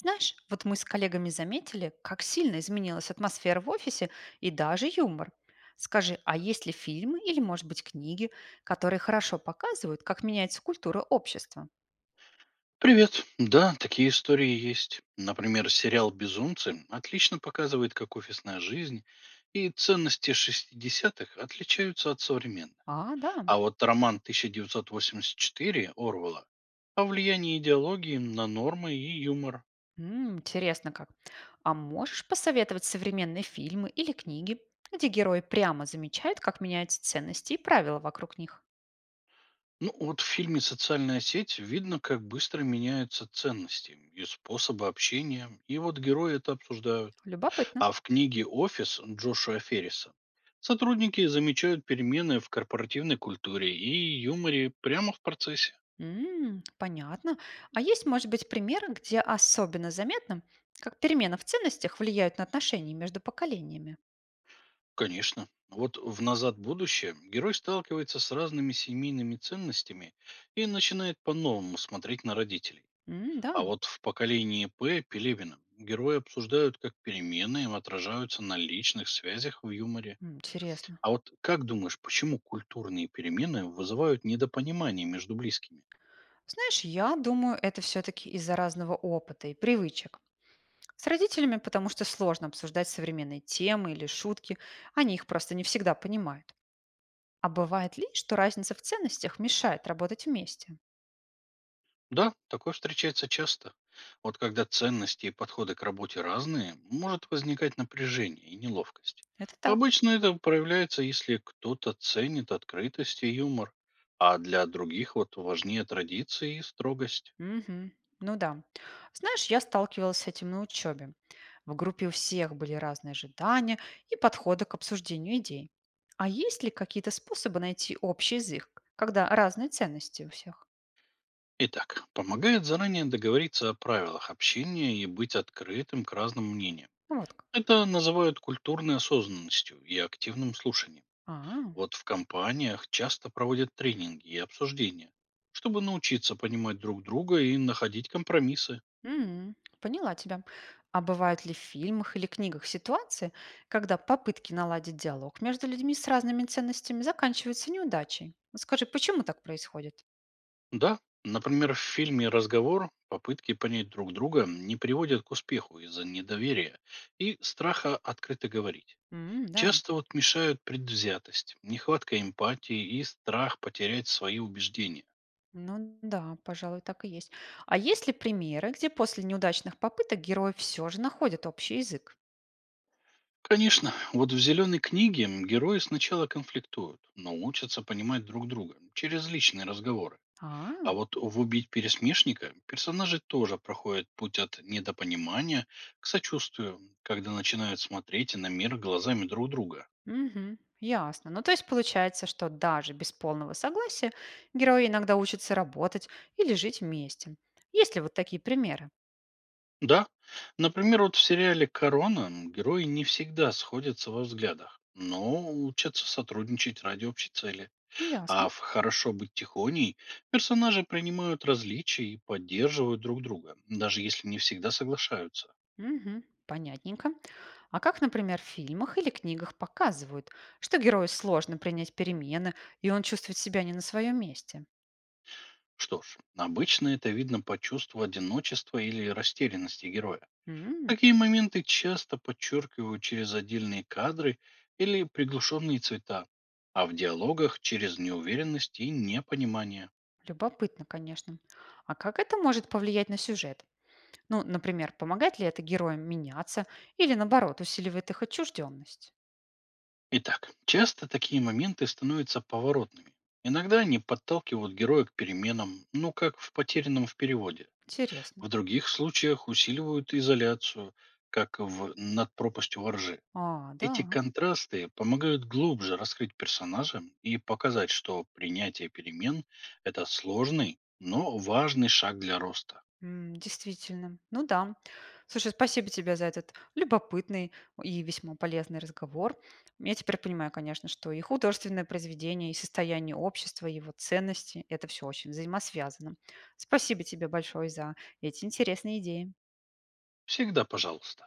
Знаешь, вот мы с коллегами заметили, как сильно изменилась атмосфера в офисе и даже юмор. Скажи, а есть ли фильмы или, может быть, книги, которые хорошо показывают, как меняется культура общества? Привет. Да, такие истории есть. Например, сериал «Безумцы» отлично показывает, как офисная жизнь и ценности шестидесятых отличаются от современных. А, да. А вот роман 1984 Орвала о влиянии идеологии на нормы и юмор. Интересно как. А можешь посоветовать современные фильмы или книги, где герои прямо замечают, как меняются ценности и правила вокруг них? Ну вот в фильме «Социальная сеть» видно, как быстро меняются ценности и способы общения, и вот герои это обсуждают. Любопытно. А в книге «Офис» Джошуа Ферриса сотрудники замечают перемены в корпоративной культуре и юморе прямо в процессе. Понятно. А есть, может быть, примеры, где особенно заметно, как перемена в ценностях влияют на отношения между поколениями? Конечно. Вот в «Назад в будущее» герой сталкивается с разными семейными ценностями и начинает по-новому смотреть на родителей. М, да. А вот в «Поколении П» Пелевина герои обсуждают, как перемены отражаются на личных связях в юморе. Интересно. А вот как думаешь, почему культурные перемены вызывают недопонимание между близкими? Знаешь, я думаю, это все-таки из-за разного опыта и привычек. С родителями, потому что сложно обсуждать современные темы или шутки, они их просто не всегда понимают. А бывает ли, что разница в ценностях мешает работать вместе? Да, такое встречается часто. Вот когда ценности и подходы к работе разные, может возникать напряжение и неловкость. Это так. Обычно это проявляется, если кто-то ценит открытость и юмор, а для других вот важнее традиции и строгость. Мгм. Ну да. Знаешь, я сталкивалась с этим на учебе. В группе у всех были разные ожидания и подходы к обсуждению идей. А есть ли какие-то способы найти общий язык, когда разные ценности у всех? Итак, помогает заранее договориться о правилах общения и быть открытым к разным мнениям. Ну вот как. Это называют культурной осознанностью и активным слушанием. А, Вот в компаниях часто проводят тренинги и обсуждения, чтобы научиться понимать друг друга и находить компромиссы. Поняла тебя. А бывают ли в фильмах или книгах ситуации, когда попытки наладить диалог между людьми с разными ценностями заканчиваются неудачей? Вот скажи, почему так происходит? Да, например, в фильме «Разговор» попытки понять друг друга не приводят к успеху из-за недоверия и страха открыто говорить. М, да. Часто вот мешают предвзятость, нехватка эмпатии и страх потерять свои убеждения. Ну да, пожалуй, так и есть. А есть ли примеры, где после неудачных попыток герои все же находят общий язык? Конечно, вот в «Зеленой книге» герои сначала конфликтуют, но учатся понимать друг друга через личные разговоры. А, А вот в «Убить пересмешника» персонажи тоже проходят путь от недопонимания к сочувствию, когда начинают смотреть на мир глазами друг друга. мгм, ясно. Ну то есть получается, что даже без полного согласия герои иногда учатся работать или жить вместе. Есть ли вот такие примеры? Да, например, вот в сериале «Корона» герои не всегда сходятся во взглядах, но учатся сотрудничать ради общей цели. Ясно. А в «Хорошо быть тихоней» персонажи принимают различия и поддерживают друг друга, даже если не всегда соглашаются. Мгм, понятненько. А как, например, в фильмах или книгах показывают, что герою сложно принять перемены, и он чувствует себя не на своем месте? Что ж, обычно это видно по чувству одиночества или растерянности героя. Такие моменты часто подчеркивают через отдельные кадры или приглушенные цвета, а в диалогах через неуверенность и непонимание. Любопытно, конечно. А как это может повлиять на сюжет? Ну, например, помогает ли это героям меняться или, наоборот, усиливает их отчужденность? Итак, часто такие моменты становятся поворотными. Иногда они подталкивают героя к переменам, ну как в потерянном в переводе. Интересно. В других случаях усиливают изоляцию, как в «Над пропастью во ржи». А, да, Эти контрасты помогают глубже раскрыть персонажа и показать, что принятие перемен – это сложный, но важный шаг для роста. Действительно. Ну да. Слушай, спасибо тебе за этот любопытный и весьма полезный разговор. Я теперь понимаю, конечно, что и художественное произведение, и состояние общества, и его ценности– это все очень взаимосвязано. Спасибо тебе большое за эти интересные идеи. Всегда пожалуйста.